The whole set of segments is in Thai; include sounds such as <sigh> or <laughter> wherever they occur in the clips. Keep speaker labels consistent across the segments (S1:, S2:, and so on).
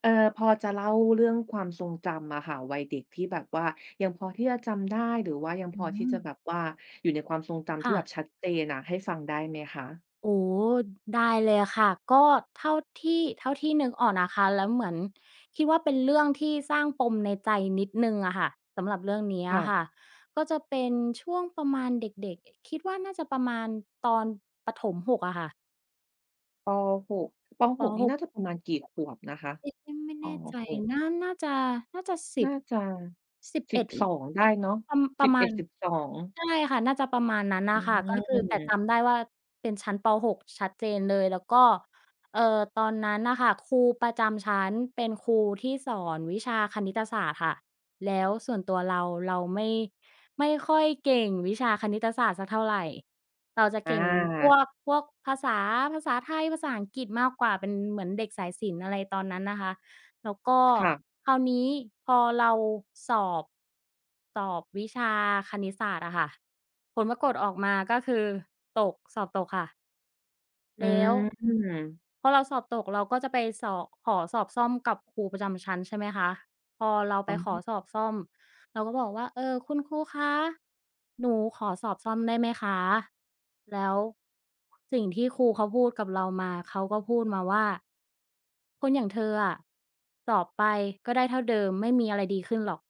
S1: เออพอจะเล่าเรื่องความทรงจำอะค่ะวัยเด็กที่แบบว่ายังพอที่จะจำได้หรือว่ายังพ
S2: อื
S1: อที่จะแบบ
S2: ม
S1: ว่าอยู่ในความทรงจำที่
S2: ค่ะ
S1: แบบชัดเจนอะให้ฟังได้ไหมคะ
S2: โอ้ได้เลยค่ะก็เท่าเท่าที่นึกออกนะคะแล้วเหมือนคิดว่าเป็นเรื่องที่สร้างปมในใจนิดนึงอะค่ะสำหรับเรื่องนี้อะค่ะ
S1: ค่ะ
S2: ก็จะเป็นช่วงประมาณเด็กๆคิดว่าน่าจะประมาณตอนประถม6อะค่ะ
S1: ปหกป
S2: ป
S1: หก
S2: ห
S1: นี่น่าจะประมาณกี่ขวบนะคะ
S2: เอ๊ะไม่
S1: ป
S2: แน่ใจ
S1: หก
S2: น่าจะน่าจะ10
S1: น่าจะสิบ
S2: 11
S1: สองได้
S2: 10
S1: เนาะ
S2: ป
S1: สิ
S2: ระ
S1: บเอ
S2: มา
S1: ด
S2: ณ
S1: สิบสอง
S2: ใช่ค่ะน่าจะประมาณนั้น
S1: อื
S2: น่ะค่ะก็คือแต่
S1: ม
S2: จำได้ว่าเป็นชั้นปหกชัดเจนเลย แล้วก็เอ่อตอนนั้นน่ะค่ะครูประจำชั้นเป็นครูที่สอนวิชาคณิตศาสตร์ค่ะแล้วส่วนตัวเราไม่ค่อยเก่งวิชาคณิตศาสตร์สักเท่าไร เราจะ
S1: อ
S2: เก่ง
S1: า
S2: พวกภาษาไทยภาษาอังกฤษมากกว่าเป็นเหมือนเด็กสายศิลป์อะไรตอนนั้นนะคะแล้วก็
S1: ค่ะ
S2: คราวนี้พอเราสอบสอบวิชาคณิตศาสตร์อะค่ะผลปรากฏออกมาก็คือสอบตกค่ะ
S1: อื
S2: แล้ว
S1: ม
S2: พอเราสอบตกเราก็จะไปสอบขอสอบซ่อมกับครูประจำชั้นใช่ไหมคะพอเราไป
S1: อ๋
S2: ขอ
S1: อ
S2: สอบซ่อมเราก็บอกว่าเออคุณครูคะหนูขอสอบซ่อมได้ไหมคะแล้วสิ่งที่ครูเขาพูดกับเรามาเขาก็พูดมาว่าคนอย่างเธออะสอบไปก็ได้เท่าเดิมไม่มีอะไรดีขึ้นหรอก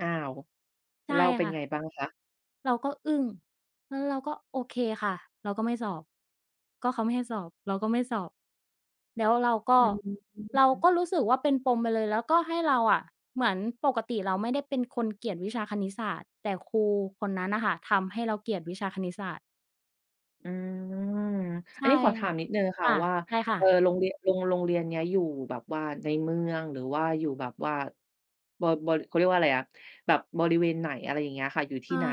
S1: อ้าว
S2: ใช่
S1: เล้เป็น
S2: ค่ะ
S1: ไงบ้างคะ
S2: เราก็อึ้งแล้วเราก็โอเคค่ะเราก็ไม่สอบก็เขาไม่ให้สอบเราก็ไม่สอบ แล้วเราก็
S1: อืม
S2: เราก็รู้สึกว่าเป็นปมไปเลยแล้วก็ให้เราอะเหมือนปกติเราไม่ได้เป็นคนเกลียดวิชาคณิตศาสตร์แต่ครูคนนั้นน่ะค่ะทำให้เราเกลียดวิชาคณิตศาสตร์
S1: อืมอัน
S2: ใช่
S1: นี้ขอถา
S2: ค่ะ
S1: มนิดหนึ่งค่ะ
S2: ค่ะ
S1: ว่า
S2: ใช่ค่ะ
S1: โรงเรียนโรงเรียนเนี้ยอยู่แบบว่าในเมือง หรือว่าอยู่แบบว่าบบเขาเรียกว่าอะไรอะแบบบริเวณไหนอะไรอย่างเงี้ยค่ะอยู่ที่
S2: เอา
S1: ไหน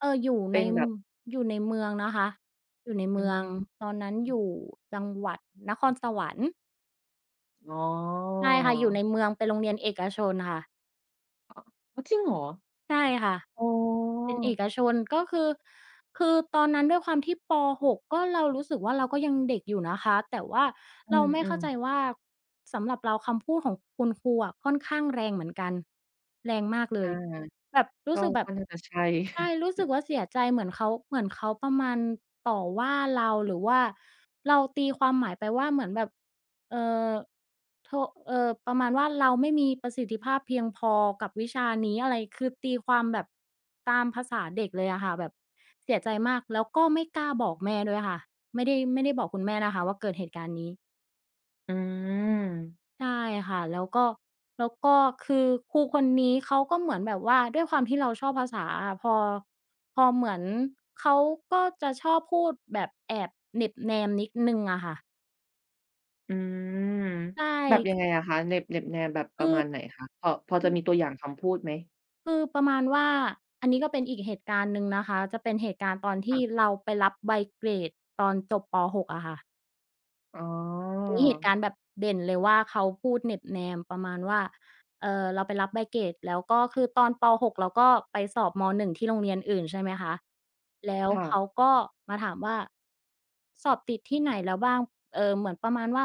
S2: เอออยู่ใน
S1: เป็นแบบ
S2: เมืองนะคะอยู่ใน
S1: อื
S2: เมือง
S1: ม
S2: ตอนนั้นอยู่จังหวัดนครสวรรค์
S1: อ๋อ
S2: ใช่ค่ะอยู่ในเมืองเป็นโรงเรียนเอกชนค่ะ
S1: อ้าวจริงเหรอ
S2: ใช่ค่ะ
S1: อ๋อ
S2: เป็นเอกชนก็คือตอนนั้นด้วยความที่ป6กก็เรารู้สึกว่าเราก็ยังเด็กอยู่นะคะแต่ว่า
S1: อื
S2: เราไม่เข้าใจ
S1: ม
S2: ว่าสำหรับเราคำพูดของคุณครูอะค่อนข้างแรงเหมือนกันแรงมากเล
S1: ๆอ
S2: ย
S1: า
S2: แบบรู้
S1: ก็
S2: สึกแบบ
S1: ก็น่าจะใช่
S2: ใช่
S1: <laughs>
S2: รู้สึกว่าเสียใจเหมือนเขาประมาณต่อว่าเราหรือว่าเราตีความหมายไปว่าเหมือนแบบ เอ่อโทเอ่อประมาณว่าเราไม่มีประสิทธิภาพเพียงพอกับวิชานี้อะไรคือตีความแบบตามภาษาเด็กเลยอะค่ะแบบเสียใจมากแล้วก็ไม่กล้าบอกแม่ด้วยค่ะไม่ได้บอกคุณแม่นะคะว่าเกิดเหตุการณ์นี้
S1: อืม
S2: ใช่ค่ะแล้วก็แล้วก็คือครูคนนี้เขาก็เหมือนแบบว่าด้วยความที่เราชอบภาษาอะพอเหมือนเขาก็จะชอบพูดแบบแอบเหน็บแนมนิดหนึ่งอะค่ะ
S1: อืม
S2: ใช่
S1: แบบยังไงอะคะเน็บแนมแบบประมาณไหนคะพอจะมีตัวอย่างคำพูดไหม
S2: คือประมาณว่าอันนี้ก็เป็นอีกเหตุการณ์หนึ่งนะคะจะเป็นเหตุการณ์ตอนที่
S1: ค่ะ
S2: เราไปรับใบเกรดตอนจบป6อะค่ะ
S1: อ๋อ
S2: อันนี้เหตุการณ์แบบเด่นเลยว่าเขาพูดเหน็บแนมประมาณว่าเราไปรับใบเกรดแล้วก็คือตอนป6เราก็ไปสอบม1ที่โรงเรียนอื่นใช่ไหมคะแล้วเขา
S1: ค่ะ
S2: ก็มาถามว่าสอบติดที่ไหนแล้วบ้างเหมือนประมาณว่า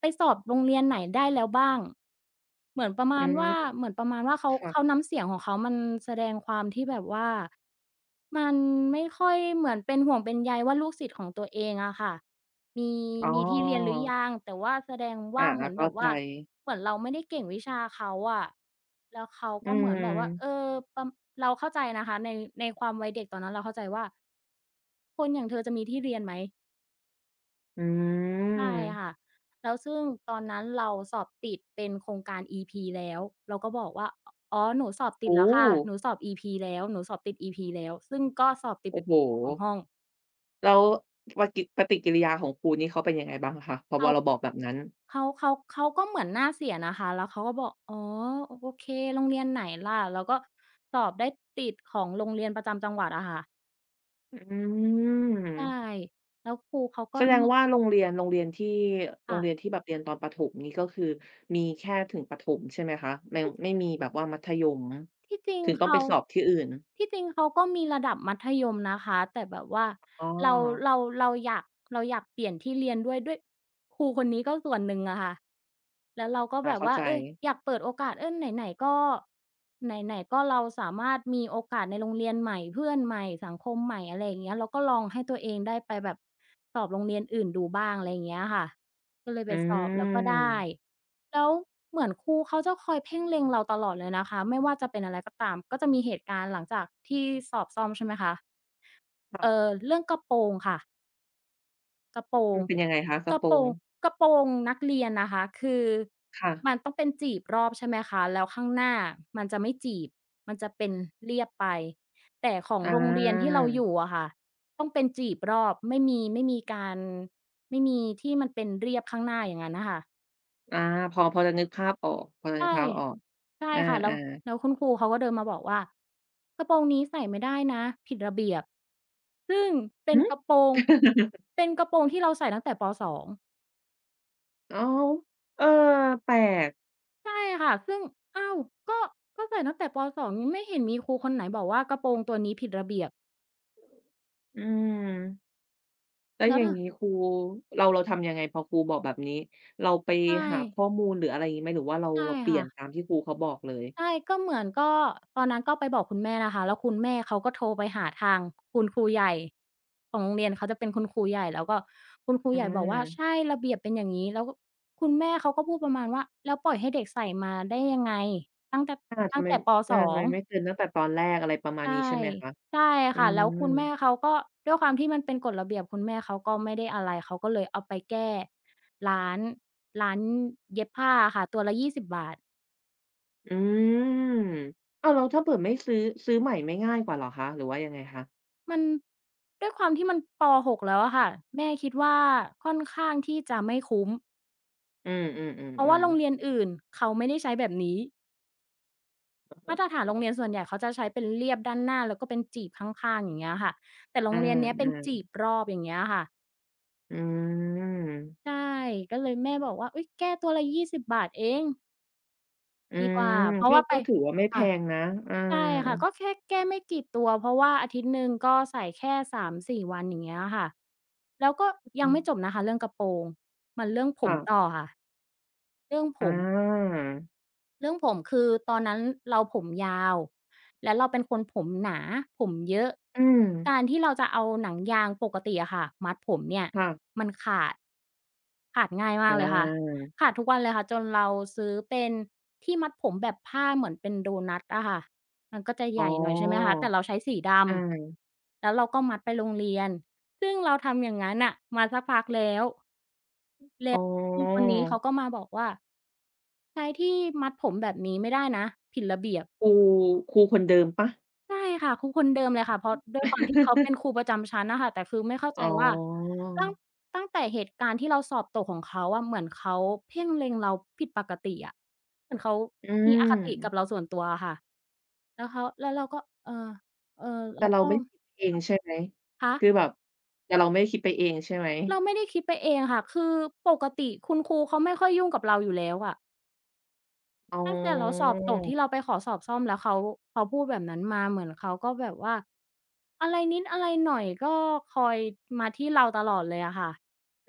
S2: ไปสอบโรงเรียนไหนได้แล้วบ้างเหมือนประ
S1: อื
S2: มาณ
S1: ม
S2: ว่าเหมือนประมาณว่าเขา
S1: ค่ะ
S2: น้ำเสียงของเขามันแสดงความที่แบบว่ามันไม่ค่อยเหมือนเป็นห่วงเป็นใยว่าลูกศิษย์ของตัวเองอะค่ะ มี
S1: อ๋อ
S2: มีที่เรียนหรือยังแต่ว่าแสดงว่า
S1: อา
S2: เหมือ
S1: ๆ
S2: นแบ
S1: เข้า
S2: บ
S1: ใจ
S2: ว่าเหมือนเราไม่ได้เก่งวิชาเขาอะแล้วเขา
S1: อื
S2: ก็เหมือนแบบว่าเออ
S1: ม
S2: ประเราเข้าใจนะคะในความวัยเด็กตอนนั้นเราเข้าใจว่าคนอย่างเธอจะมีที่เรียนไหม
S1: อื
S2: ใช่ค่ะ
S1: ม
S2: แล้วซึ่งตอนนั้นเราสอบติดเป็นโครงการ EP แล้วเราก็บอกว่าออ๋อหนูสอบติด
S1: โอ้
S2: แล้วค่ะหนู
S1: โฮ
S2: สอบ EP แล้วหนูสอบติด EP แล้วซึ่งก็สอบติด
S1: โอ้
S2: เป็น
S1: โฮ
S2: <unintelligible> ของห้อง
S1: แล้วปะกิปฏิกิริยาของครูนี่เขาเป็นยังไงบ้างคะพอพ
S2: เขา
S1: อเราบอกแบบนั้น
S2: เขาก็เหมือนหน้าเสียนะคะแล้วเขาก็บอกอ๋อโอเคโรงเรียนไหนล่ะแล้วก็สอบได้ติดของโรงเรียนประจำจังหวัดอะค่ะ
S1: อื
S2: ใช่
S1: ม
S2: แล้วครูเขาก็
S1: แสดง
S2: น
S1: ว่าโรง
S2: ค่ะ
S1: เรียนที่แบบเรียนตอนประถมนี่ก็คือมีแค่ถึงประถมใช่ไหมคะไม่มีแบบว่ามัธยม
S2: ที่จริง
S1: ถึงต้องไป
S2: เขา
S1: สอบที่อื่น
S2: ที่จริงเขาก็มีระดับมัธยมนะคะแต่แบบว่า
S1: อ๋อ
S2: เราเราเราอยากเราอยากเปลี่ยนที่เรียนด้วยครูคนนี้ก็ส่วนหนึ่งอะค่ะแล้วเราก็
S1: อา
S2: แบบ
S1: เข้า
S2: ว่า
S1: ใจ
S2: อยากเปิดโอกาสไหนๆก็ไหนๆก็เราสามารถมีโอกาสในโรงเรียนใหม่เพื่อนใหม่สังคมใหม่อะไรอย่างเงี้ยเราก็ลองให้ตัวเองได้ไปแบบสอบโรงเรียนอื่นดูบ้างอะไรอย่างเงี้ยค่ะก็เลยไป
S1: อื
S2: สอบแล้วก็ได้
S1: ม
S2: แล้วเหมือนครูเขาจะคอยเพ่งเล็งเราตลอดเลยนะคะไม่ว่าจะเป็นอะไรก็ตามก็จะมีเหตุการณ์หลังจากที่สอบซ่อมใช่ไหมคะ
S1: ค่ะ
S2: เรื่องกระโปรงค่ะกระโปร
S1: มั
S2: ง
S1: นเป็นยังไงคะก
S2: ก
S1: ระ
S2: ระ
S1: โปร
S2: โปร
S1: ง
S2: งกระโปรงนักเรียนนะคะคือ
S1: ค่ะ
S2: มันต้องเป็นจีบรอบใช่ไหมคะแล้วข้างหน้ามันจะไม่จีบมันจะเป็นเรียบไปแต่ของ
S1: อ
S2: โรงเรียนที่
S1: า
S2: เราอยู่อะค่ะต้องเป็นจีบรอบไม่มีไม่มีการไม่มีที่มันเป็นเรียบข้างหน้าอย่างงั้นน่ะค่ะ
S1: อาพอจะนึกภาพออกพอจะนึก
S2: ใช่
S1: ภาพออก
S2: ใช่
S1: อา
S2: ค่ะแล้วคุณครูเขาก็เดินมาบอกว่ากระโปรงนี้ใส่ไม่ได้นะผิดระเบียบซึ่ง
S1: ๆ
S2: เป็น
S1: หือ
S2: กระโปรงเป็นกระโปรงที่เราใส่ตั้งแต่ปสอง
S1: อ้าวเออแปลก
S2: ใช่ค่ะซึ่งอ้าวก็ก็ใส่ตั้งแต่ปสองยังไม่เห็นมีครูคนไหนบอกว่ากระโปรงตัวนี้ผิดระเบียบ
S1: อืมแล้ว
S2: แล้
S1: อ
S2: ว
S1: ย่าง
S2: ถ้า
S1: งี้ครูเราทำยังไงพอครูบอกแบบนี้เราไป
S2: ใช่
S1: หาข้อมูลหรืออะไรงี้ไหมหรือว่าเรา
S2: ใช่
S1: เราเปลี่ยน
S2: ค่ะ
S1: ตามที่ครูเขาบอกเลย
S2: ใช่ก็เหมือนก็ตอนนั้นก็ไปบอกคุณแม่นะคะแล้วคุณแม่เขาก็โทรไปหาทางคุณครูใหญ่ของโรงเรียนเขาจะเป็นคุณครูใหญ่แล้วก็คุณครู
S1: อ
S2: ใหญ่บอกว่า
S1: า
S2: ใช่ระเบียบเป็นอย่างงี้แล้วก็คุณแม่เขาก็พูดประมาณว่าแล้วปล่อยให้เด็กใส่มาได้ยังไงตั้งแต่
S1: อาทำ
S2: ตั้ง
S1: ไม
S2: แต่ป
S1: อาทำไม
S2: 2"
S1: ไม่เตือนตั้งแต่ตอนแรกอะไรประมาณ
S2: ใช่
S1: นี้ใช่ไหมคะ
S2: ใช่
S1: อื
S2: ค่ะแล้วคุณ
S1: ม
S2: แม่เขาก็ด้วยความที่มันเป็นกฎระเบียบคุณแม่เขาก็ไม่ได้อะไรเขาก็เลยเอาไปแก้ร้านร้านเย็บผ้าอะค่ะตัวละยี่สิบบาท
S1: อืมอ้าวแล้วถ้าเผื่อไม่ซื้อซื้อใหม่ไม่ง่ายกว่าเหรอคะหรือว่ายังไงคะ
S2: มันด้วยความที่มันปห6แล้วอะค่ะแม่คิดว่าค่อนข้างที่จะไม่คุ้ม
S1: อืม
S2: เพราะว่าโร
S1: ๆ
S2: ง
S1: ๆ
S2: เรี
S1: ๆ
S2: ยนอื่นเขาไม่ได้ใช้แบบนี้
S1: เออ
S2: มาตรฐาน
S1: อ๋อ
S2: โรงเรียนส่วนใหญ่เขาจะใช้เป็นเรียบด้านหน้าแล้วก็เป็นจีบข้างๆอย่างเงี้ยค่ะแต่โร
S1: อา
S2: งเรียนเนี้ยเป็นจี
S1: ๆ
S2: บรอบอย่างเงี้ยค่ะ
S1: อืม
S2: ใช่ก็เลยแม่บอกว่าอุ๊ยแก้ตัวละ20บบาทเอง
S1: อื
S2: ดีก
S1: ม
S2: ว่าเพราะ
S1: ก็
S2: ว่าไป
S1: ก็ถือว่าไม่แพ
S2: ค่ะ
S1: งนะอา
S2: ใช่ค่ะก็แค่แก้ไม่กี่ตัวเพราะว่าอาทิตย์หนึ่งก็ใส่แค่3-4วันอย่างเงี้ยค่ะแล้วก็ยั
S1: อื
S2: งไม่จบ
S1: ม
S2: นะคะเรื่องกระโปรงมันเรื่องผมต่
S1: ค่ะ
S2: อค่ะผ
S1: อ
S2: ม
S1: า
S2: เรื่องผมคือตอนนั้นเราผมยาวแล้วเราเป็นคนผมหนาผมเยอะ
S1: อืม
S2: การที่เราจะเอาหนังยางปกติอะค่ะมัดผมเนี่ย
S1: ค่ะ
S2: มันขาดขาดง่ายมา
S1: อ
S2: กเลยค่ะ
S1: า
S2: ขาดทุกวันเลยค่ะจนเราซื้อเป็นที่มัดผมแบบผ้าเหมือนเป็นโดนัตอะค่ะมันก็จะ
S1: อ๋
S2: ให
S1: อ
S2: ญ่หน่อยใช่ไหมคะแต่เราใช้สีด
S1: อา
S2: ำแล้วเราก็มัดไปโรงเรียนซึ่งเราทำอย่างงั้นน่ะมาสักพักแล้ว
S1: อ๋อ
S2: ครูคนนี้เขาก็มาบอกว่าใช้ที่มัดผมแบบนี้ไม่ได้นะผิดระเบียบ
S1: ครูคนเดิมเปล่า
S2: ใช่ค่ะครูคนเดิมเลยค่ะเพราะด้วยความที่เขาเป็
S1: <laughs>
S2: นครูประจำชั้นน่ะค่ะแต่คือไม่เข้า
S1: อ๋
S2: ใจว่า
S1: อ
S2: ตั้งตั้งแต่เหตุการณ์ที่เราสอบตกของเขาอะเหมือนเขาเพ่งเล็งเราผิดปกติอะเหมือนเขา
S1: อื
S2: มีอคติกับ
S1: ม
S2: เราส่วนตัวอะค่ะแล้วเขาแล้วเราก็เออเออ
S1: แต่
S2: เรา
S1: เรา
S2: ก็
S1: ไม่ได้คิดเองใช่ไหม
S2: คะ
S1: คือแบบแต่เราไม่ได้คิดไปเองใช่ไหม
S2: เราไม่ได้คิดไปเองค่ะคือปกติคุณครูเขาไม่ค่อยยุ่งกับเราอยู่แล้วอะ
S1: อ๋อ
S2: ตั้งแต่เราสอบตกที่เราไปขอสอบซ่อมแล้วเขาพูดแบบนั้นมาเหมือนเขาก็แบบว่าอะไรนิดอะไรหน่อยก็คอยมาที่เราตลอดเลยอะค่ะ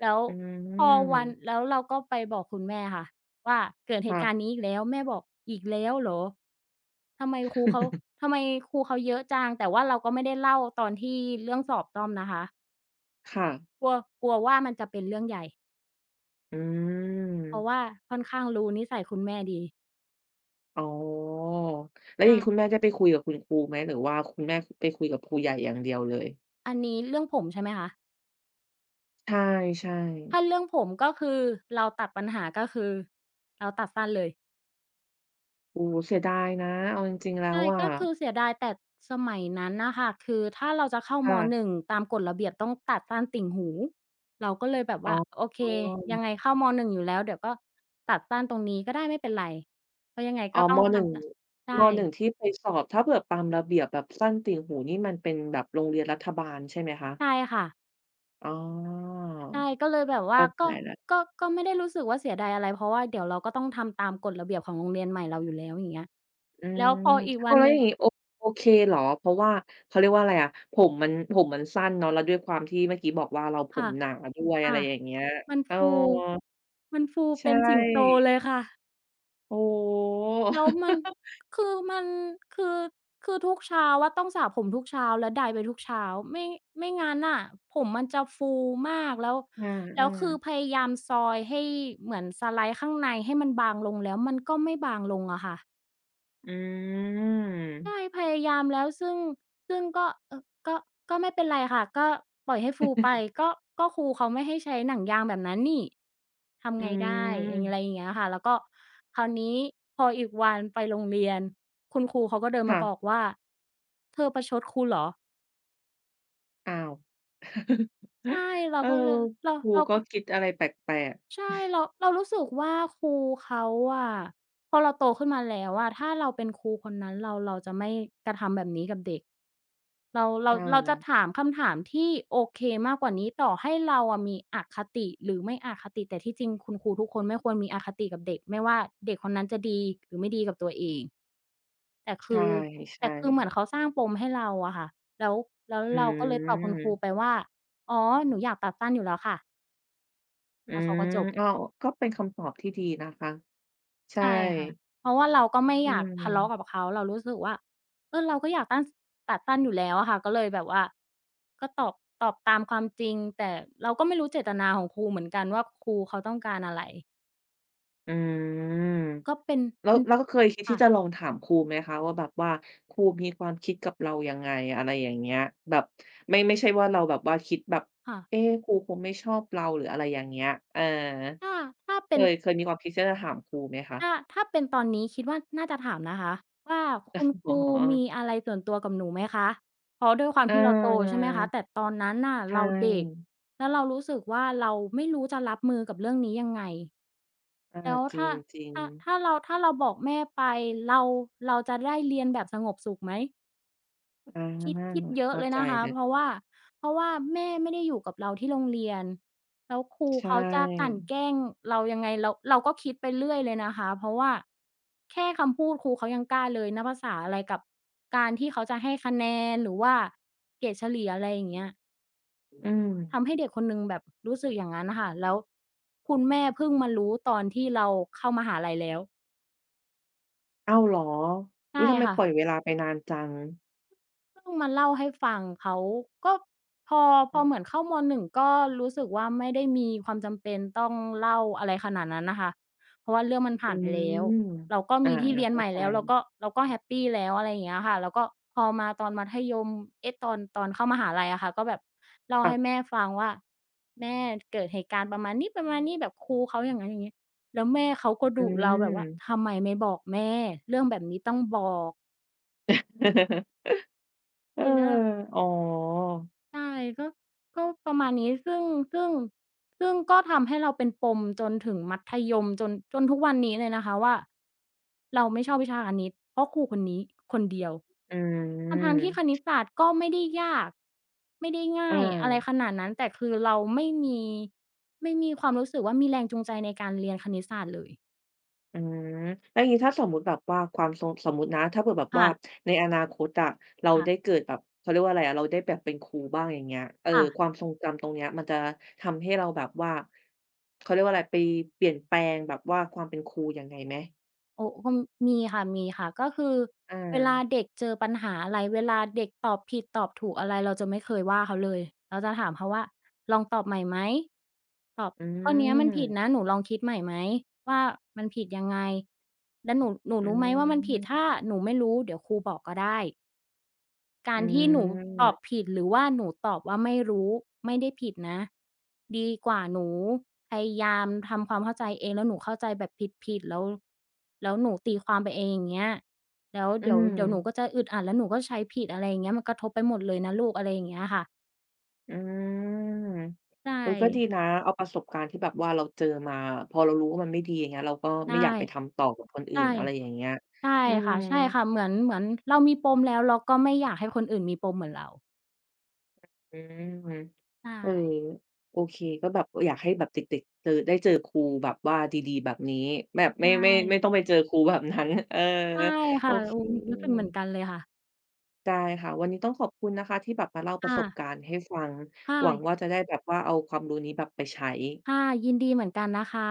S2: แล้ว
S1: อื
S2: พอวัน
S1: ม
S2: แล้วเราก็ไปบอกคุณแม่ค่ะว่าเกิดเหตุ
S1: ค่ะ
S2: การณ์นี้อีกแล้วแม่บอกอีกแล้วเหรอทำไมครูเขา
S1: <laughs>
S2: ทำไมครูเขาเยอะจังแต่ว่าเราก็ไม่ได้เล่าตอนที่เรื่องสอบซ่อมนะคะ
S1: ค่ะ
S2: กลัวกลัวว่ามันจะเป็นเรื่องใหญ่
S1: อื
S2: เพราะว่า
S1: ม
S2: ค่อนข้างรู้นิสัยคุณแม่ดี
S1: อ๋อแล้วอย่าง
S2: ใช่
S1: งี้คุณแม่ได้ไปคุยกับคุณครูไหมหรือว่าคุณแม่ไปคุยกับครูใหญ่อย่างเดียวเลย
S2: อันนี้เรื่องผมใช่ไหมคะ
S1: ใช่
S2: ถ้า
S1: ๆ
S2: เรื่องผมก็คือเราตัดปัญหาก็คือเราตัดสั้นเลย
S1: โอ้โฮเสียดายนะเอาจริงๆแล้ว
S2: ใช่
S1: อะ
S2: ก็คือเสียดายแต่สมัยนั้นน่ะค่ะคือถ้าเราจะเข้าม
S1: ค่ะ
S2: 1ตามกฎระเบียบต้องตัดสั้นติ่งหูเราก็เลยแบบ
S1: อ๋
S2: ว่า
S1: อ
S2: โอเคยังไงเข้าม1อยู่แล้วเดี๋ยวก็ตัดสั้นตรงนี้ก็ได้ไม่เป็นไรเพราะยังไง
S1: อ๋อ
S2: ก็ต้อ
S1: ม
S2: ง
S1: 1
S2: ทำตใช่
S1: ที่ไปสอบถ้าเผื่อตามระเบียบแบบสั้นติ่งหูนี่มันเป็นแบบโรงเรียนรัฐบาลใช่ไหมคะ
S2: ใช่ค่ะ
S1: อ๋อ
S2: ใช่ก็เลยแบบว่า
S1: เข้าใจ
S2: ก็
S1: แล้ว
S2: ก็ก็ไม่ได้รู้สึกว่าเสียดายอะไรเพราะว่าเดี๋ยวเราก็ต้องทำตามกฎระเบียบของโรงเรียนใหม่เราอยู่แล้วอย่างเงี้ย
S1: อื
S2: แล้ว
S1: ม
S2: พออีก
S1: อ้า
S2: วั
S1: ว
S2: น
S1: แล้ว
S2: ห
S1: อ
S2: นึ่ง
S1: ย่างงี้โอโอเคเหรอเพราะว่าเขาเรียกว่าอะไรอะผมมันสั้นเนาะแล้วด้วยความที่เมื่อกี้บอกว่าเราผม
S2: ค่ะ
S1: หนาด้วยอะไร
S2: ค่ะ
S1: อย่างเงี้ย
S2: มัน
S1: เออ
S2: ฟูมันฟู
S1: ใช่
S2: เป็นสิงโตเลยค่ะ
S1: โอ้
S2: แล้วมัน
S1: <laughs> โ
S2: คือมันคือคือทุกเช้าอะต้องสระผมทุกเช้าและไดร์ไปทุกเช้าไม่ไม่งั้นน่ะผมมันจะฟูมากแล้ว
S1: ฮ
S2: แล้ว
S1: อา
S2: คือพ
S1: ๆ
S2: ยายามซอยให้เหมือนสไลด์ข้างในให้มันบางลงแล้วมันก็ไม่บางลงอะค่ะ
S1: อื
S2: ใช่
S1: ม
S2: พยายามแล้วซึ่งก็ก็ก็ไม่เป็นไรค่ะก็ปล่อยให้ฟูไปก็ก็ครูเขาไม่ให้ใช้หนังยางแบบนั้นนี่ทำ
S1: อื
S2: ไงได้อย่างอะไรอ
S1: ม
S2: ย่างเงี้ยค่ะแล้วก็คราวนี้พออีกวันไปโรงเรียนคุณครูเขาก็เดินมาบอก
S1: ค่ะ
S2: ว่าเธอประชดครูเหรอ
S1: อ้าว <laughs>
S2: ใช่เรา
S1: เออ
S2: ก็เลยเรา
S1: ครู
S2: เรา
S1: ก็
S2: ก็
S1: คิดอะไรแปลก
S2: ใช่เรารู้สึกว่าครูเขาอะพอเราโตขึ้นมาแล้วอะถ้าเราเป็นครูคนนั้นเราจะไม่กระทำแบบนี้กับเด็กเรา
S1: ๆ
S2: เรา
S1: อ
S2: เราจะ
S1: า
S2: ถามคำถามที่โอเคมากกว่านี้ต่อให้เราอะมีอคติหรือไม่อคติแต่ที่จริงคุณครูทุกคนไม่ควรมีอคติกับเด็กไม่ว่าเด็กคนนั้นจะดีหรือไม่ดีกับตัวเองแต่
S1: ใช่
S2: คือแต่คือเหมือน
S1: ๆ
S2: เขาสร้างปมให้เราอะค่ะแล้ว
S1: อื
S2: เราก็เลยตอบ
S1: ม
S2: คุณครูไปว่าอ๋อหนูอยากตัดสั้นอยู่แล้วค่ะ
S1: อื
S2: แล้วเขา
S1: ม
S2: ก็จบ
S1: อ้าวก็เป็นคำตอบที่ดีนะคะใช่
S2: ใช่ค่ะเพราะว่าเราก็ไม่
S1: อื
S2: อยาก
S1: ม
S2: ทะเลาะกับเขาเรารู้สึกว่าเออเราก็อยากตั้นตัดสั้นอยู่แล้วอะค่ะก็เลยแบบว่าก็ตอบตอบตามความจริงแต่เราก็ไม่รู้เจตนาของครูเหมือนกันว่าครูเขาต้องการอะไร
S1: อืม
S2: ก็เป็น
S1: แล้ว
S2: เป็น
S1: แล้วก็เคยคิดที่
S2: ค่ะ
S1: จะลองถามครูไหมคะว่าแบบว่าครูมีความคิดกับเรายังไงอะไรอย่างเงี้ยแบบไม่ไม่ใช่ว่าเราแบบว่าคิดแบบ
S2: ค่ะ
S1: เอ๊ะครูคงไม่ชอบเราหรืออะไรอย่างเงี้ยเออ
S2: ถ้าถ้า
S1: เค
S2: เป็น
S1: ยเคยมีความคิดที่จะถามครูไหมคะ
S2: ถ้าเป็นตอนนี้คิดว่าน่าจะถามนะคะว่าคุณ
S1: <laughs>
S2: ค
S1: อ๋อ
S2: รูมีอะไรส่วนตัวกับหนูไหมคะเพราะด้วยความ
S1: อ
S2: ที่เราโตใช่
S1: า
S2: ไหมคะแต่ตอนนั้นน่ะ
S1: ใช่
S2: เราเด็กแล้วเรารู้สึกว่าเราไม่รู้จะรับมือกับเรื่องนี้ยังไง
S1: อา
S2: แล้ว
S1: จริง
S2: ถ้าเราบอกแม่ไปเราเราจะได้เรียนแบบสงบสุขไหม
S1: ๆอา
S2: คิดเยอะ
S1: เข้า
S2: เลย
S1: ใจ
S2: นะคะ
S1: เลย
S2: เพราะว่าเพราะว่าแม่ไม่ได้อยู่กับเราที่โรงเรียนแล้วครู
S1: ใช่
S2: เขาจะกลั่นแกล้งเรายังไงเราก็คิดไปเรื่อยเลยนะคะเพราะว่าแค่คำพูดครูเขายังกล้าเลยนับภาษาอะไรกับการที่เขาจะให้คะแนนหรือว่าเกรดเฉลี่ยอะไรอย่างเงี้ย
S1: อืม
S2: ทำให้เด็กคนหนึ่งแบบรู้สึกอย่างงั้นน่ะค่ะแล้วคุณแม่เพิ่งมารู้ตอนที่เราเข้ามหาลัยแล้ว
S1: อ้าวเหรอ
S2: ใช่
S1: อุ๊ยทำไม
S2: ค่ะ
S1: ปล่อยเวลาไปนานจัง
S2: เพิ่งมาเล่าให้ฟังเขาก็พอ
S1: อา
S2: เหมือนเข้ามหนึ่งก็รู้สึกว่าไม่ได้มีความจำเป็นต้องเล่าอะไรขนาดนั้นน่ะค่ะเพราะว่าเรื่องมัน
S1: อื
S2: ผ่านไปแล้ว
S1: ม
S2: เราก็
S1: อา
S2: มีที่เรี
S1: ๆ
S2: ยนให
S1: เข้า
S2: ม่
S1: ใจ
S2: แล้วเราก็แฮปปีแล้วอะไรอย่างเงี้ยค่ะแล้วก็พอมาตอนมัธยมเอ๊ะตอนเข้ามหาลัยอะค่ะก็แบบเล่าให้
S1: ค่ะ
S2: แม่ฟังว่าแม่เกิดเหตุการณ์ประมาณนี้ประมาณนี้แบบครูเขาอย่างงั้นอย่างงี้แล้วแม่เขาก็
S1: อื
S2: ดุเราแบบว่า
S1: ม
S2: ทำไมไม่บอกแม่เรื่องแบบนี้ต้องบอก
S1: <laughs> เออ
S2: ไอ้เรื่อง
S1: อ๋อ
S2: ใช่ก็ก็ประมาณนี้ซึ่งซึ่งก็ทำให้เราเป็นปมจนถึงมัธยมจนทุกวันนี้เลยนะคะว่าเราไม่ชอบวิชาคณิตเพราะครูคนนี้คนเดียว
S1: อื
S2: ทั้งๆที่ค
S1: ม
S2: ณิตศาสตร์ก็ไม่ได้ยากไม่ได้ง่า
S1: อา
S2: ยอะไรขนาดนั้นแต่คือเราไม่มีความรู้สึกว่ามีแรงจูงใจในการเรียนคณิตศาสตร์เลย
S1: อืม แล้วอย่างนี้ถ้าสมมุติแบบว่าความทรงสมมุตินะ ถ้าเผื่อแบบว่า
S2: ค่ะ
S1: ในอนาคตอะเราได้
S2: ค่ะ
S1: เกิดแบบเขาเรียกว่าอะไรอะเราได้แบบเป็นครูบ้างอย่างเงี้ยเออ
S2: ค่ะ
S1: ความทรงจำตรงเนี้ยมันจะทำให้เราแบบว่าเขาเรียกว่าอะไรไปเปลี่ยนแปลงแบบว่าความเป็นครูยังไงไหม
S2: โอ้ก็มีค่ะมีค่ะก็คือ
S1: อา
S2: เวลาเด็กเจอปัญหาอะไรเวลาเด็กตอบผิดตอบถูกอะไรเราจะไม่เคยว่าเขาเลยเราจะถามเขาว่าลองตอบใหม่ไหมตอบ
S1: อื
S2: ข้อเนี้ยมันผิดนะ
S1: ม
S2: หนูลองคิดใหม่ไหมว่ามันผิดยังไงแล้วหนู
S1: อื
S2: รู้ไหมว่ามันผิด
S1: ม
S2: ถ้าหนูไม่รู้เดี๋ยวครูบอกก็ได้ กา
S1: อื
S2: รที่หนูตอบ
S1: ม
S2: ผิดหรือว่าหนูตอบว่าไม่รู้ไม่ได้ผิดนะดีกว่าหนูพยายามทำความเข้าใจเองแล้วหนูเข้าใจแบบผิดๆแล้วหนูตีความไปเองอย่างเงี้ยแล้ว
S1: อืม
S2: เดี๋ยวหนูก็จะอึดอัดแล้วหนูก็ใช้ผิดอะไรอย่างเงี้ยมันกระทบไปหมดเลยนะลูกอะไรอย่างเงี้ยค่ะ
S1: อืม
S2: ใช่
S1: เออก็ดีนะเอาประสบการณ์ที่แบบว่าเราเจอมาพอเรารู้ว่ามันไม่ดีอย่างเงี้ยเราก็ไม่
S2: ใช่
S1: อยากไปทำต่อกับคนอื่
S2: ใช่
S1: นอะไรอย่างเงี้ย
S2: ใช่
S1: อืม
S2: ค่ะใช่ค่ะเหมือนเรามีปมแล้วเราก็ไม่อยากให้คนอื่นมีปมเหมือนเรา
S1: อืมเออ
S2: ใช่
S1: โอเคก็แบบเอออยากให้แบบเด็กๆเจอได้เจอครูแบบว่าดีๆแบบนี้แบบ
S2: ใช
S1: ไม่ไม่ไม่ต้อ
S2: ่
S1: งไปเจอครูแบบนั้น <laughs> เออ
S2: ใช่ค่ะโอ้
S1: อื
S2: รู้สึก
S1: ม
S2: เหมือนกันเลยค่ะ
S1: ได้ค่ะวันนี้ต้องขอบคุณนะคะที่แบบมาเล่าประส
S2: ค่ะ
S1: บการณ์ให้ฟัง
S2: ค
S1: หวังว่า
S2: ่ะ
S1: จะได้แบบว่าเอาความรู้นี้แบบไปใช้
S2: ค่ะยินดีเหมือนกันนะคะ